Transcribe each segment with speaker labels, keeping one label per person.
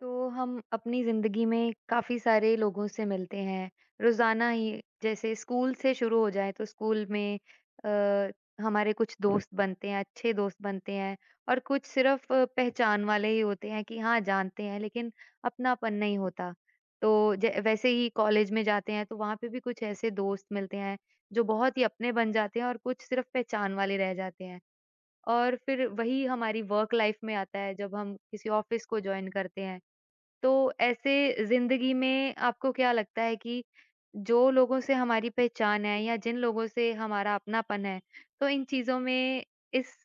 Speaker 1: तो हम अपनी ज़िंदगी में काफ़ी सारे लोगों से मिलते हैं। रोज़ाना ही जैसे स्कूल से शुरू हो जाए तो स्कूल में अ, हमारे कुछ दोस्त बनते हैं, अच्छे दोस्त बनते हैं और कुछ सिर्फ़ पहचान वाले ही होते हैं कि हाँ, जानते हैं लेकिन अपनापन नहीं होता। तो ज वैसे ही कॉलेज में जाते हैं तो वहाँ पे भी कुछ ऐसे दोस्त मिलते हैं जो बहुत ही अपने बन जाते हैं और कुछ सिर्फ़ पहचान वाले रह जाते हैं। और फिर वही हमारी वर्क लाइफ़ में आता है जब हम किसी ऑफ़िस को जॉइन करते हैं। तो ऐसे ज़िंदगी में आपको क्या लगता है कि जो लोगों से हमारी पहचान है या जिन लोगों से हमारा अपनापन है, तो इन चीज़ों में इस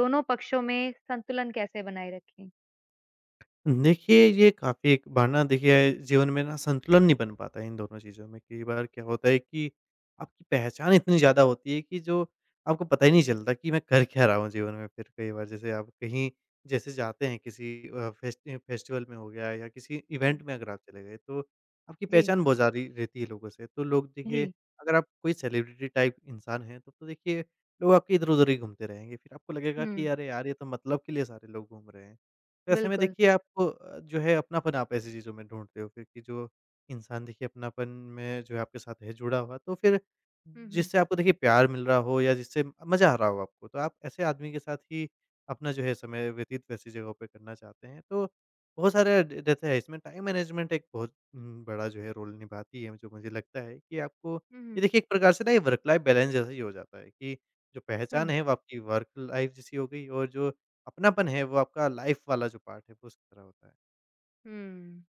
Speaker 1: दोनों पक्षों में संतुलन कैसे बनाए रखें?
Speaker 2: देखिए, ये काफ़ी एक बार ना देखिए जीवन में ना संतुलन नहीं बन पाता है इन दोनों चीज़ों में। कई बार क्या होता है कि आपकी पहचान इतनी ज़्यादा होती है कि जो आपको पता ही नहीं चलता कि मैं कर क्या रहा हूँ जीवन में। फिर कई बार जैसे आप कहीं जैसे जाते हैं किसी फेस्टिवल में हो गया या किसी इवेंट
Speaker 1: हुँ,
Speaker 2: में अगर आप चले गए तो आपकी
Speaker 1: जी।
Speaker 2: पहचान बहुत ज़्यादा रहती है लोगों से। तो लोग देखिए
Speaker 1: जी,
Speaker 2: अगर आप कोई सेलिब्रिटी टाइप इंसान हैं तब तो देखिए लोग आपके इधर-उधर ही घूमते रहेंगे। फिर आपको लगेगा कि
Speaker 1: हुँ,
Speaker 2: अरे यार ये तो मतलब के लिए सारे लोग घूम रहे हैं। तो ऐसे में
Speaker 1: बिल्कुल।
Speaker 2: देखिए आप जो है अपनापन आप ऐसी चीज़ों में ढूँढते हो फिर कि जो इंसान देखिए अपनापन में जो है आपके साथ है जुड़ा हुआ, तो फिर
Speaker 1: हुँ, हुँ,
Speaker 2: जिससे आपको देखिए प्यार मिल रहा हो या जिससे मज़ा आ रहा हो आपको, तो आप ऐसे आदमी के साथ ही अपना जो है समय व्यतीत वैसी जगहों पे करना चाहते हैं। तो बहुत सारे ड रहता है इसमें टाइम मैनेजमेंट एक बहुत बड़ा जो है रोल निभाती है, जो मुझे लगता है कि आपको
Speaker 1: हुँ,
Speaker 2: ये
Speaker 1: हुँ,
Speaker 2: देखिए एक प्रकार से ना ये वर्क लाइफ़ बैलेंस जैसा ही हो जाता है कि जो पहचान
Speaker 1: हुँ।
Speaker 2: है वो आपकी वर्क लाइफ़ जैसी हो गई और जो अपनापन है वो आपका लाइफ़ वाला जो पार्ट है वो उसकी तरह होता है।
Speaker 1: हुँ।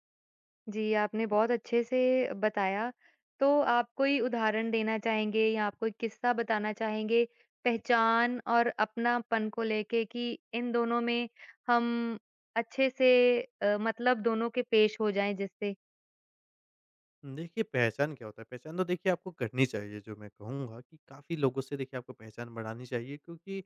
Speaker 1: जी, आपने बहुत अच्छे से बताया। तो आप कोई उदाहरण देना चाहेंगे या आप कोई किस्सा बताना चाहेंगे पहचान और अपनापन को लेके कि इन दोनों में हम अच्छे से मतलब दोनों के पेश हो जाएँ जिससे?
Speaker 2: देखिए पहचान क्या होता है? पहचान तो देखिए आपको करनी चाहिए, जो मैं कहूँगा कि काफ़ी लोगों से देखिए आपको पहचान बढ़ानी चाहिए, क्योंकि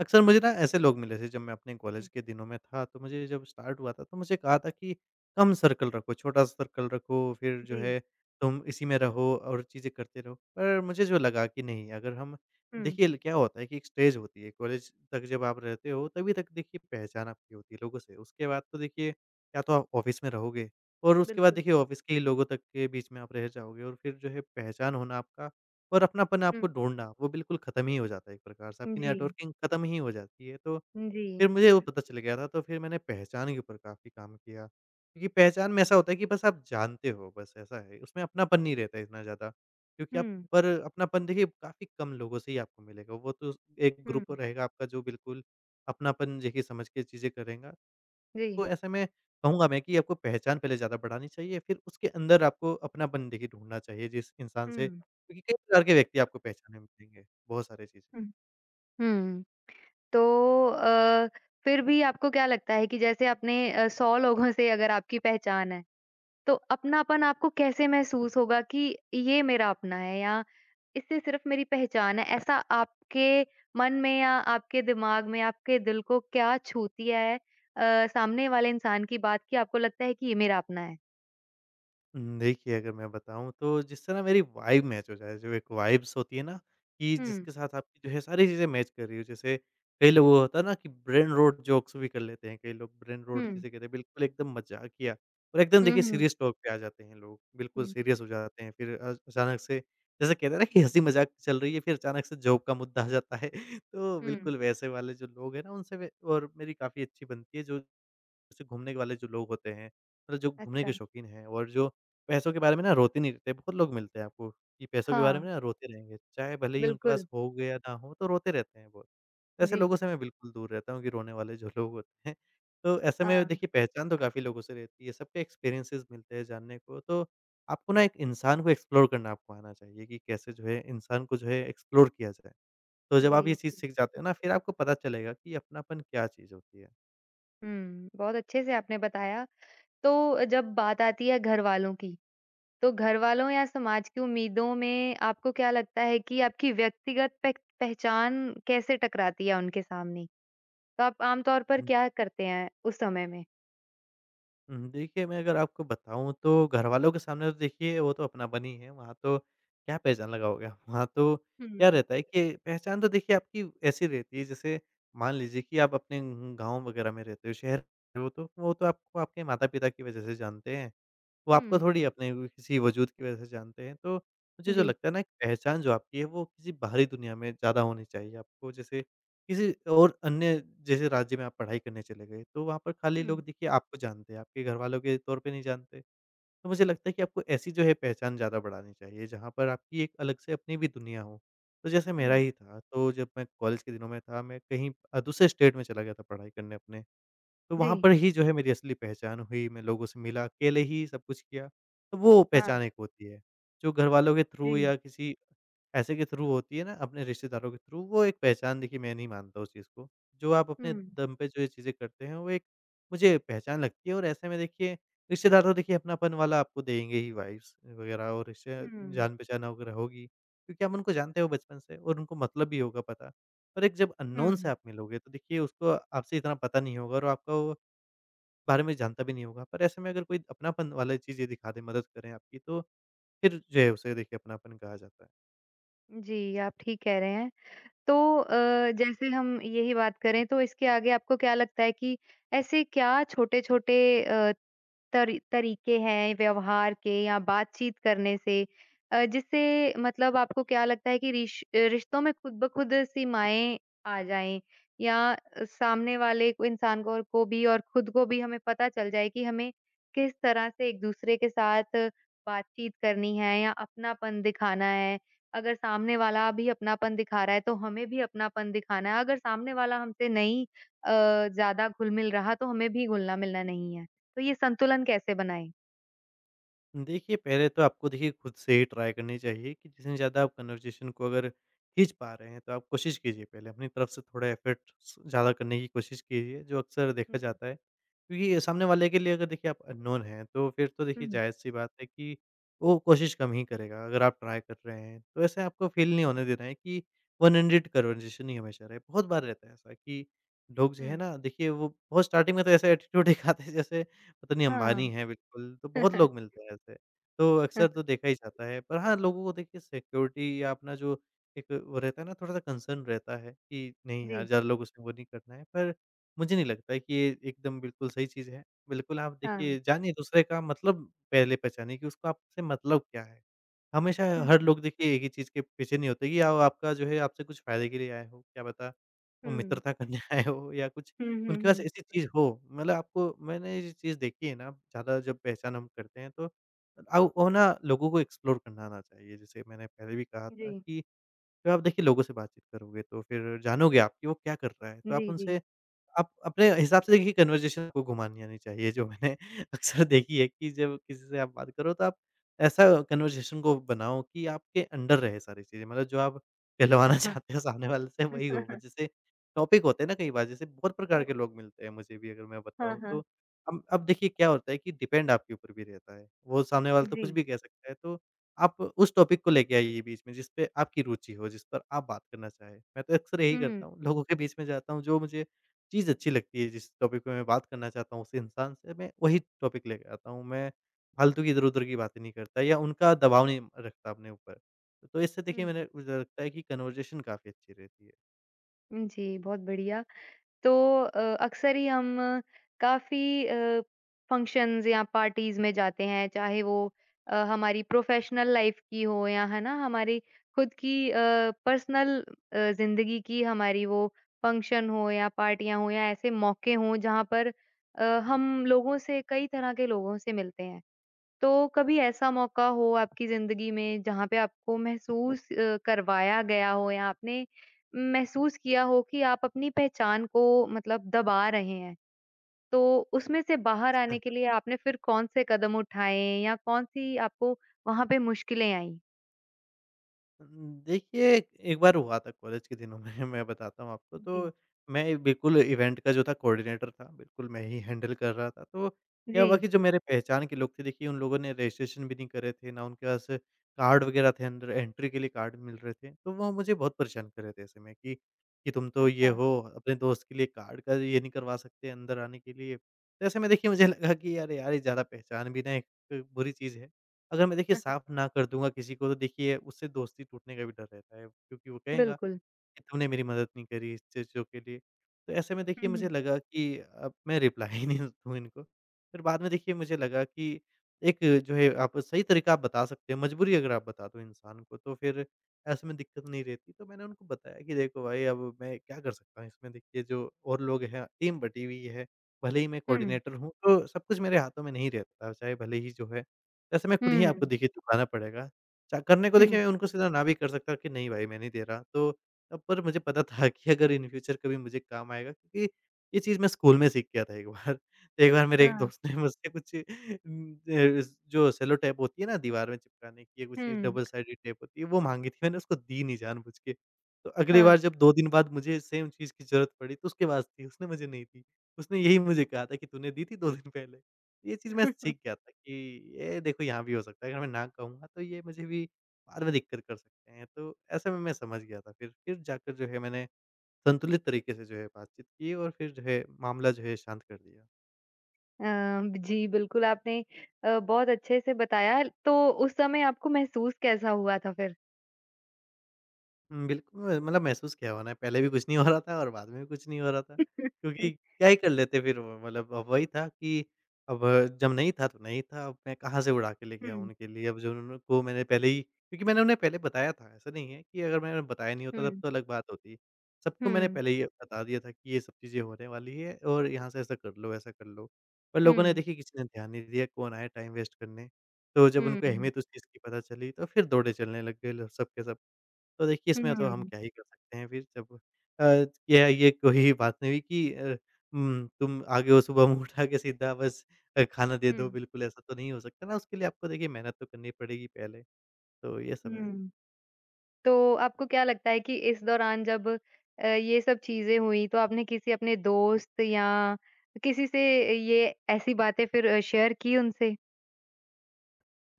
Speaker 2: अक्सर मुझे ना ऐसे लोग मिले थे जब मैं अपने कॉलेज
Speaker 1: हुँ।
Speaker 2: के दिनों में था। तो मुझे जब स्टार्ट हुआ था तो मुझे कहा था कि कम सर्कल रखो, छोटा सा सर्कल रखो, फिर जो
Speaker 1: जी।
Speaker 2: है तुम इसी में रहो और चीज़ें करते रहो। पर मुझे जो लगा कि नहीं, अगर हम
Speaker 1: हुँ।
Speaker 2: देखिए ल क्या होता है कि एक स्टेज होती है कॉलेज तक, जब आप रहते हो तभी तक देखिए पहचान आपकी होती है लोगों से। उसके बाद तो देखिए या तो आप ऑफ़िस में रहोगे और उसके बाद
Speaker 1: बिल्कुल।
Speaker 2: देखिए ऑफ़िस के ही लोगों तक के बीच में आप रह जाओगे, और फिर जो है पहचान होना आपका और अपनापन
Speaker 1: हुँ।
Speaker 2: आपको ढूँढना वो बिल्कुल ख़त्म ही हो जाता है एक प्रकार से, आपकी
Speaker 1: जी,
Speaker 2: नेटवर्किंग ख़त्म ही हो जाती है। तो
Speaker 1: जी।
Speaker 2: फिर मुझे वो पता चल गया था, तो फिर मैंने पहचान के ऊपर काफ़ी काम किया। क्योंकि पहचान में ऐसा होता है कि बस आप जानते हो, बस ऐसा है, उसमें अपनापन नहीं रहता इतना ज़्यादा। क्योंकि आप
Speaker 1: हुँ।
Speaker 2: पर अपनापन देखिए काफ़ी कम लोगों से ही आपको मिलेगा, वो तो एक
Speaker 1: हुँ।
Speaker 2: ग्रुप रहेगा आपका जो बिल्कुल अपनापन देखिए समझ के चीज़ें करेगा।
Speaker 1: जी।
Speaker 2: तो ऐसे में कहूँगा मैं कि आपको पहचान पहले ज़्यादा बढ़ानी चाहिए, फिर उसके अंदर आपको अपनापन देखिए ढूँढना चाहिए जिस इंसान से,
Speaker 1: हुँ।
Speaker 2: क्योंकि कई प्रकार के व्यक्ति आपको पहचानने में मिलेंगे, बहुत सारी चीज़ें।
Speaker 1: हुँ। हुँ। तो अ, फिर भी आपको क्या लगता है कि जैसे आपने 100 लोगों से अगर आपकी पहचान है, तो अपनापन आपको कैसे महसूस होगा कि ये मेरा अपना है या इससे सिर्फ मेरी पहचान है? ऐसा आपके मन में या आपके दिमाग में, आपके दिल को क्या छूती है सामने वाले इंसान की बात कि आपको लगता है कि ये मेरा अपना है?
Speaker 2: हुँ, देखिए अगर मैं बताऊँ तो जिससे ना मेरी वाइब मैच हो जाए, जो एक वाइब्स होती है ना कि
Speaker 1: हुँ,
Speaker 2: जिसके साथ आपकी जो है सारी चीज़ें मैच कर रही हो। जैसे कई लोगों को होता है ना कि ब्रेन रॉट जोक्स भी कर लेते हैं कई लोग, ब्रेन
Speaker 1: हुँ।
Speaker 2: रॉट जिसे कहते हैं बिल्कुल एकदम मज़ाकिया, और एकदम
Speaker 1: हुँ,
Speaker 2: देखिए
Speaker 1: हुँ,
Speaker 2: सीरियस टॉक पे आ जाते हैं लोग, बिल्कुल
Speaker 1: हुँ,
Speaker 2: सीरियस हो जाते हैं। फिर अचानक से जैसे कहते हैं ना कि हँसी मज़ाक चल रही है, फिर अचानक से जॉब का मुद्दा आ जाता है। तो
Speaker 1: हुँ।
Speaker 2: बिल्कुल वैसे वाले जो लोग हैं ना उनसे वे और मेरी काफ़ी अच्छी बनती है, जो जैसे घूमने वाले जो लोग होते हैं, मतलब जो घूमने
Speaker 1: अच्छा।
Speaker 2: के शौकीन हैं और जो पैसों के बारे में ना रोते नहीं रहते। बहुत लोग मिलते हैं आपको कि पैसों के बारे
Speaker 1: हाँ,
Speaker 2: में ना रोते रहेंगे, चाहे भले ही उनके
Speaker 1: बिल्कुल।
Speaker 2: पास हो गया ना हो, तो रोते रहते हैं बहुत। ऐसे
Speaker 1: जी।
Speaker 2: लोगों से मैं बिल्कुल दूर रहता हूँ कि रोने वाले जो लोग होते हैं। तो ऐसे में
Speaker 1: हाँ।
Speaker 2: देखिए पहचान तो काफ़ी लोगों से रहती है, सबके एक्सपीरियंसेस मिलते हैं जानने को, तो आपको ना एक इंसान को एक्सप्लोर करना आपको आना चाहिए कि कैसे जो है इंसान को जो है एक्सप्लोर किया जाए। तो जब
Speaker 1: जी,
Speaker 2: आप ये चीज़
Speaker 1: जी।
Speaker 2: सीख जाते हो ना, फिर आपको पता चलेगा कि अपनापन क्या चीज़ होती है।
Speaker 1: हुँ, बहुत अच्छे से आपने बताया। तो जब बात आती है घरवालों की तो घरवालों या समाज की उम्मीदों में आपको क्या लगता है कि आपकी व्यक्तिगत पह पहचान कैसे टकराती है उनके सामने? तो आप आम तौर पर क्या करते हैं उस समय में?
Speaker 2: हुँ, देखिए मैं अगर आपको बताऊँ तो घरवालों के सामने तो देखिए वो तो अपनापन ही है, वहाँ तो क्या पहचान लगाओगे आप? वहाँ तो क्या
Speaker 1: हुँ,
Speaker 2: रहता है कि पहचान तो देखिए आपकी ऐसी रहती है जैसे मान लीजिए कि आप अपने गाँव वगैरह में रहते हो, शहर में हो, तो वो तो आपको आपके माता-पिता की वजह से जानते हैं। वो आपको
Speaker 1: हुँ,
Speaker 2: थोड़ी अपने व किसी वजूद की वज़ह से जानते हैं। तो मुझे जो
Speaker 1: जी।
Speaker 2: लगता है ना एक पहचान जो आपकी है वो किसी बाहरी दुनिया में ज़्यादा होनी चाहिए आपको। जैसे किसी और अन्य जैसे राज्य में आप पढ़ाई करने चले गए, तो वहाँ पर खाली
Speaker 1: हुँ,
Speaker 2: लोग देखिए आपको जानते हैं, आपके घरवालों के तौर पे नहीं जानते। तो मुझे लगता है कि आपको ऐसी जो है पहचान ज़्यादा बढ़ानी चाहिए, जहाँ पर आपकी एक अलग से अपनी भी दुनिया हो। तो जैसे मेरा
Speaker 1: हुँ,
Speaker 2: ही था, तो जब मैं कॉलेज के दिनों में था, मैं कहीं दूसरे स्टेट में चला गया था पढ़ाई करने अपने। तो वहाँ
Speaker 1: जी,
Speaker 2: पर ही जो है मेरी असली पहचान हुई, मैं लोगों से मिला, अकेले ही सब कुछ किया, तो वो
Speaker 1: हाँ, हुँ,
Speaker 2: पहचान एक होती है। जो घरवालों के
Speaker 1: जी।
Speaker 2: थ्रू या किसी ऐसे के थ्रू होती है ना, अपने रिश्तेदारों के थ्रू, वो एक पहचान देखिए मैं नहीं मानता उस चीज़ को। जो आप
Speaker 1: हुँ,
Speaker 2: अपने दम पे जो ये चीज़ें करते हैं, वो एक मुझे पहचान लगती है, और ऐसे में देखिए रिश्तेदार तो देखिए अपनापन वाला आपको देंगे ही, वाइब्स वगैरह और रिश्ते
Speaker 1: हुँ,
Speaker 2: जान-पहचान वगैरह होगी, क्योंकि हम उनको जानते हो बचपन से और उनको मतलब भी होगा पता। और एक जब अननोन से
Speaker 1: हुँ।
Speaker 2: आप मिलोगे, तो देखिए उसको आपसे इतना पता नहीं होगा और आपका वो बारे में जानता भी नहीं होगा। पर ऐसे में अगर कोई अपनापन वाली चीज़ें दिखा दे, मदद करें आपकी, तो फिर जो है उसे देखिए अपनापन कहा जाता है।
Speaker 1: जी, आप ठीक कह रहे हैं। तो अ, जैसे हम यही बात करें तो इसके आगे आपको क्या लगता है कि ऐसे क्या छोटे-छोटे अ, तरीके हैं व्यवहार के या बातचीत करने से जिससे मतलब आपको क्या लगता है कि रिश्तों में खुद ब खुद सीमाएँ आ जाएँ या सामने वाले को इंसान को और को भी और खुद को भी हमें पता चल जाए कि हमें किस तरह से एक-दूसरे के साथ बातचीत करनी है या अपनापन दिखाना है। अगर सामने वाला भी अपनापन दिखा रहा है, तो हमें भी अपनापन दिखाना है। अगर सामने वाला हमसे नहीं अ, ज़्यादा घुल-मिल रहा, तो हमें भी घुलना-मिलना नहीं है। तो ये संतुलन कैसे बनाएँ?
Speaker 2: देखिए, पहले तो आपको देखिए खुद से ही ट्राई करनी चाहिए कि जितने ज़्यादा आप कन्वर्सेशन को अगर खींच पा रहे हैं, तो आप कोशिश कीजिए पहले अपनी तरफ से थोड़ा एफ़र्ट्स ज़्यादा करने की कोशिश कीजिए, जो अक्सर देखा
Speaker 1: जी।
Speaker 2: जाता है। क्योंकि सामने वाले के लिए अगर देखिए आप अननोन हैं, तो फिर तो देखिए
Speaker 1: हुँ।
Speaker 2: जायज़-सी बात है कि वो कोशिश कम ही करेगा अगर आप ट्राई कर रहे हैं। तो ऐसे आपको फ़ील नहीं होने देना है कि वन एंडेड कन्वर्सेशन ही हमेशा रहे। बहुत बार रहता है ऐसा कि लोग जो है
Speaker 1: हुँ।
Speaker 2: ना देखिए वो बहुत स्टार्टिंग में तो ऐसा एटीट्यूड दिखाते हैं जैसे पता नहीं
Speaker 1: हाँ।
Speaker 2: अंबानी हैं बिल्कुल, तो बहुत लोग मिलते हैं ऐसे। तो अक्सर तो देखा ही जाता है, पर हाँ, लोगों को देखिए सिक्योरिटी या अपना जो एक वो रहता है ना थोड़ा-सा कंसर्न रहता है कि नहीं यार,
Speaker 1: जी,
Speaker 2: ज़्यादा लोगों से वो नहीं करना है, पर मुझे नहीं लगता है कि ये एकदम बिल्कुल सही चीज़ है। बिल्कुल आप
Speaker 1: हाँ।
Speaker 2: देखिए जानिए दूसरे का मतलब, पहले पहचानिए कि उसका आपसे मतलब क्या है। हमेशा
Speaker 1: हुँ,
Speaker 2: हर लोग देखिए एक ही चीज़ के पीछे नहीं होते कि या वो आपका जो है आपसे कुछ फ़ायदे के लिए आए हों, क्या पता वो
Speaker 1: हुँ।
Speaker 2: मित्रता करने आए हों या कुछ
Speaker 1: हुँ, हुँ,
Speaker 2: उनके पास
Speaker 1: हुँ।
Speaker 2: ऐसी चीज़ हो, मतलब आपको मैंने ये चीज़ देखी है ना ज़्यादा जब पहचान हम करते हैं तो आउ वो ना लोगों को एक्सप्लोर करना आना चाहिए। जैसे मैंने पहले भी कहा था
Speaker 1: जी,
Speaker 2: कि जब आप देखिए लोगों से बातचीत करोगे तो फिर जानोगे आप कि वो क्या कर रहा है। तो आप
Speaker 1: जी, जी।
Speaker 2: उनसे आप अपने हिसाब से देखिए कन्वर्सेशन को घुमानी आनी चाहिए, जो मैंने अक्सर देखी है कि जब किसी से आप बात करो तो आप ऐसा कन्वर्सेशन को बनाओ कि आपके अंडर रहे सारी चीज़ें, मतलब जो आप
Speaker 1: अच्छा।
Speaker 2: कहलवाना
Speaker 1: हाँ,
Speaker 2: चाहते हो सामने वाले से वही हो। मतलब जैसे टॉपिक होते हैं ना कई बार, जैसे बहुत प्रकार के लोग मिलते हैं मुझे भी अगर मैं
Speaker 1: हाँ।
Speaker 2: बताऊँ
Speaker 1: हाँ
Speaker 2: तो। अब देखिए क्या होता है कि डिपेंड आपके ऊपर भी रहता है, वो सामने वाला तो कुछ
Speaker 1: जी।
Speaker 2: भी कह सकता है, तो आप उस टॉपिक को लेके आइए बीच में जिस पे आपकी रुचि हो, जिस पर आप बात करना चाहें। मैं तो अक्सर यही
Speaker 1: हुँ, हुँ।
Speaker 2: करता हूँ, लोगों के बीच में जाता हूँ जो मुझे चीज़ अच्छी लगती है, जिस टॉपिक पे मैं बात करना चाहता हूँ उस इंसान से मैं वही टॉपिक लेके आता हूँ। मैं फालतू की इधर-उधर की बातें नहीं करता या उनका दबाव नहीं रखता अपने ऊपर। तो इससे देखिए मैंने मुझे लगता है कि कन्वर्जेशन काफ़ी अच्छी रहती है।
Speaker 1: जी, बहुत बढ़िया। तो अक्सर ही हम काफ़ी फंक्शंस या पार्टीज़ में जाते हैं, चाहे वो हमारी प्रोफ़ेशनल लाइफ़ की हो या है ना, हमारी खुद की पर्सनल ज़िंदगी की हमारी वो फंक्शन हो या पार्टियाँ हों या ऐसे मौके हों, जहाँ पर हम लोगों से कई तरह के लोगों से मिलते हैं। तो कभी ऐसा मौका हो आपकी ज़िंदगी में जहाँ पे आपको महसूस करवाया गया हो या आपने महसूस किया हो कि आप अपनी पहचान को मतलब दबा रहे हैं। तो उसमें से बाहर आने के लिए आपने फिर कौन से कदम उठाए या कौन-सी आपको वहाँ पे मुश्किलें आईं?
Speaker 2: देखिए एक बार हुआ था कॉलेज के दिनों में मैं बताता हूँ आपको,
Speaker 1: जी।
Speaker 2: तो मैं बिल्कुल इवेंट का जो था कोऑर्डिनेटर था, बिल्कुल मैं ही हैंडल कर रहा था। तो क्या
Speaker 1: जी।
Speaker 2: हुआ कि जो मेरे पहचान के लोग थे देखिए, उन लोगों ने रजिस्ट्रेशन भी नहीं करे थे, ना उनके पास कार्ड वगैरह थे, अंदर एंट्री के लिए कार्ड मिल रहे थे। तो वो मुझे बहुत परेशान कर रहे थे ऐसे में कि तुम तो ये
Speaker 1: अच्छा।
Speaker 2: हो, अपने दोस्त के लिए कार्ड का ये नहीं करवा सकते अंदर आने के लिए। तो ऐसे में देखिए मुझे लगा कि यार यार, ये ज़्यादा पहचान भी ना एक बुरी चीज़ है। अगर मैं देखिए
Speaker 1: हाँ, हाँ,
Speaker 2: साफ़ ना कर दूँगा किसी को, तो देखिए उससे दोस्ती टूटने का भी डर रहता है, क्योंकि वो कहेगा
Speaker 1: बिल्कुल।
Speaker 2: कि तुमने मेरी मदद नहीं करी इस चीज़ों के लिए। तो ऐसे में देखिए
Speaker 1: हुँ,
Speaker 2: मुझे
Speaker 1: हुँ।
Speaker 2: लगा कि अब मैं रिप्लाई ही नहीं दूँ इनको। फिर बाद में देखिए मुझे लगा कि एक जो है, आप सही तरीका आप बता सकते हैं, मजबूरी अगर आप बता दो इंसान को, तो फिर ऐसे में दिक्कत नहीं रहती। तो मैंने उनको बताया कि देखो भाई, अब मैं क्या कर सकता हूँ इसमें, देखिए जो और लोग हैं, टीम बटी हुई है, भले ही मैं
Speaker 1: हुँ,
Speaker 2: कोऑर्डिनेटर हूँ तो सब कुछ मेरे हाथों में नहीं रहता, चाहे भले ही जो है, ऐसे में खुद ही आपको
Speaker 1: हुँ,
Speaker 2: देखिए चुकाना पड़ेगा। चा करने को देखिए,
Speaker 1: हुँ।
Speaker 2: मैं उनको सीधा ना भी कर सकता कि नहीं भाई, मैं नहीं दे रहा, तो तब पर मुझे पता था कि अगर इन फ्यूचर कभी मुझे काम आएगा, क्योंकि ये चीज़ मैं स्कूल में सीख गया था एक बार। एक बार मेरे एक
Speaker 1: हाँ।
Speaker 2: दोस्त ने मुझसे कुछ, ज जो सेलो टेप होती है ना दीवार में चिपकाने की, ये कुछ
Speaker 1: हुँ,
Speaker 2: डबल साइडेड टेप होती है, वो माँगी थी, मैंने उसको दी नहीं जानबूझ के। तो अगली
Speaker 1: हाँ।
Speaker 2: बार जब 2 दिन बाद मुझे सेम चीज़ की ज़रूरत पड़ी, तो उसके पास थी, उसने मुझे नहीं दी। उसने यही मुझे कहा था कि तूने दी थी 2 दिन पहले। ये चीज़ मैं सीख गया था कि ये देखो यहाँ भी हो सकता है, अगर मैं ना कहूँगा तो ये मुझे भी बाद में दिक्कत कर सकते हैं। तो ऐसे में मैं समझ गया था फिर। फिर जाकर जो है मैंने संतुलित तरीके से जो है बातचीत की, और फिर जो है मामला जो है शांत कर दिया।
Speaker 1: अ, जी, बिल्कुल आपने बहुत अच्छे से बताया, तो उस समय आपको महसूस कैसा हुआ था फिर?
Speaker 2: बिल्कुल, म मतलब महसूस किया होना है, पहले भी कुछ नहीं हो रहा था और बाद में भी कुछ नहीं हो रहा था, क्योंकि क्या ही कर लेते फिर, वो मतलब अब वही था कि अब जब नहीं था तो नहीं था, अब मैं कहाँ से उड़ा के लेके आऊँ
Speaker 1: हुँ,
Speaker 2: उनके लिए, अब जो उन्होंने को मैंने पहले ही, क्योंकि मैंने उन्हें पहले बताया था, ऐसा नहीं है कि अगर मैंने बताया नहीं होता तब
Speaker 1: हुँ,
Speaker 2: तो अलग बात होती। सबको मैंने
Speaker 1: हुँ,
Speaker 2: पहले ही बता दिया था कि ये सब चीज़ें होने वाली है और यहाँ से ऐसा कर लो, वैसा कर लो, पर लोगों ने
Speaker 1: हुँ,
Speaker 2: देखिए, किसी ने ध्यान नहीं दिया, कौन आया टाइम वेस्ट करने। तो जब उनको
Speaker 1: हुँ,
Speaker 2: अहमियत उस चीज़ की पता चली, तो फिर दौड़े चलने लग गए ल सब के सब। तो देखिए, इसमें तो हम
Speaker 1: हुँ,
Speaker 2: क्या ही कर सकते हैं फिर, जब अ, ये कोई बात नहीं हुई कि तुम आगे हो, सुबह मुँह उठा के सीधा बस खाना दे दो,
Speaker 1: हुँ,
Speaker 2: बिल्कुल ऐसा तो नहीं हो सकता ना, उसके लिए आपको देखिए मेहनत तो करनी पड़ेगी पहले, तो ये सब है।
Speaker 1: हुँ। तो आपको क्या लगता है कि इस दौरान जब ये सब चीज़ें हुई, तो आपने किसी अपने दोस्त या किसी से ये ऐसी बातें फिर शेयर की उनसे?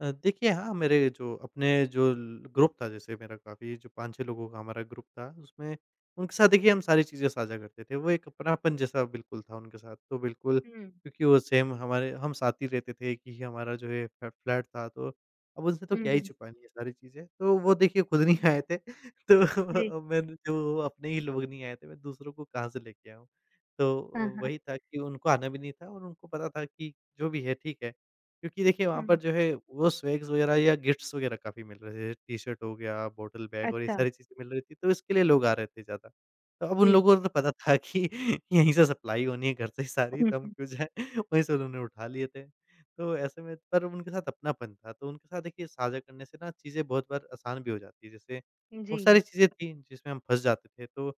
Speaker 2: देखिए हाँ, मेरे जो अपने जो ल ग्रुप था, जैसे मेरा काफ़ी जो 5-6 लोगों का हमारा ग्रुप था, उसमें उनके साथ देखिए हम सारी चीज़ें साझा करते थे। वो एक अपनापन जैसा बिल्कुल था उनके साथ, तो बिल्कुल,
Speaker 1: हुँ,
Speaker 2: क्योंकि वो सेम, हमारे हम साथ ही रहते थे, एक ही हमारा जो है फ फ्लैट था, तो अब उनसे तो
Speaker 1: हुँ,
Speaker 2: क्या ही
Speaker 1: हुँ,
Speaker 2: छुपानी है सारी चीज़ें। तो वो देखिए खुद नहीं आए थे
Speaker 1: जी।
Speaker 2: तो मैंने, जो अपने ही लोग नहीं आए थे, मैं दूसरों को कहाँ से लेके आऊँ।
Speaker 1: हाँ,
Speaker 2: तो
Speaker 1: हाँ,
Speaker 2: वही था कि उनको आना भी नहीं था, और उनको पता था कि जो भी है ठीक है। क्योंकि देखिए वहाँ पर
Speaker 1: हुँ,
Speaker 2: जो है, वो स्वैग्स वगैरह या गिफ्ट्स वगैरह काफ़ी मिल रहे थे। टी-शर्ट हो गया, बॉटल बैग और ये
Speaker 1: अच्छा,
Speaker 2: सारी चीज़ें मिल रही थी, तो इसके लिए लोग आ रहे थे ज़्यादा। तो अब उन
Speaker 1: जी,
Speaker 2: लोगों को तो पता था कि यहीं से सप्लाई होनी है घर से ही सारी,
Speaker 1: हुँ,
Speaker 2: तो हम क्यों जाएँ? वहीं से उन्होंने उठा लिए थे। तो ऐसे में, पर उनके साथ अपनापन था, तो उनके साथ देखिए साझा करने से ना चीज़ें बहुत बार आसान भी हो जाती हैं। जैसे
Speaker 1: हुँ, जी,
Speaker 2: बहुत सारी चीज़ें थीं जिसमें हम फँस जाते थे, तो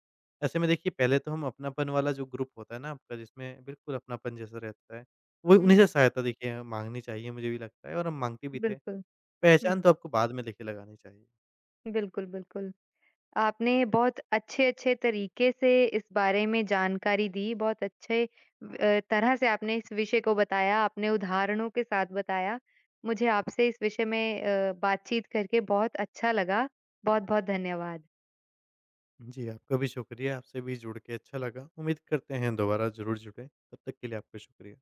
Speaker 2: ऐसे में देखिए पहले तो हम, अपनापन वाला जो ग्रुप होता है ना आपका, जिसमें बिल्कुल अपनापन जैसा रहता है, वो उन्हीं से
Speaker 1: हुँ,
Speaker 2: सहायता देखिए माँगनी चाहिए, मुझे भी लगता है, और हम माँगते भी थे।
Speaker 1: बिल्कुल, हुँ।
Speaker 2: पहचान तो आपको बाद में देखिए लगानी चाहिए।
Speaker 1: बिल्कुल, बिल्कुल। आपने बहुत अच्छे-अच्छे तरीके से इस बारे में जानकारी दी, बहुत अच्छे तरह से आपने इस विषय को बताया, आपने उदाहरणों के साथ बताया। मुझे आपसे इस विषय में बातचीत करके बहुत अच्छा लगा। बहुत-बहुत धन्यवाद।
Speaker 2: जी, आपका भी शुक्रिया, आपसे भी जुड़ के अच्छा लगा। उम्मीद करते हैं दोबारा ज़रूर जुड़ें। तब तक के लिए आपका शुक्रिया।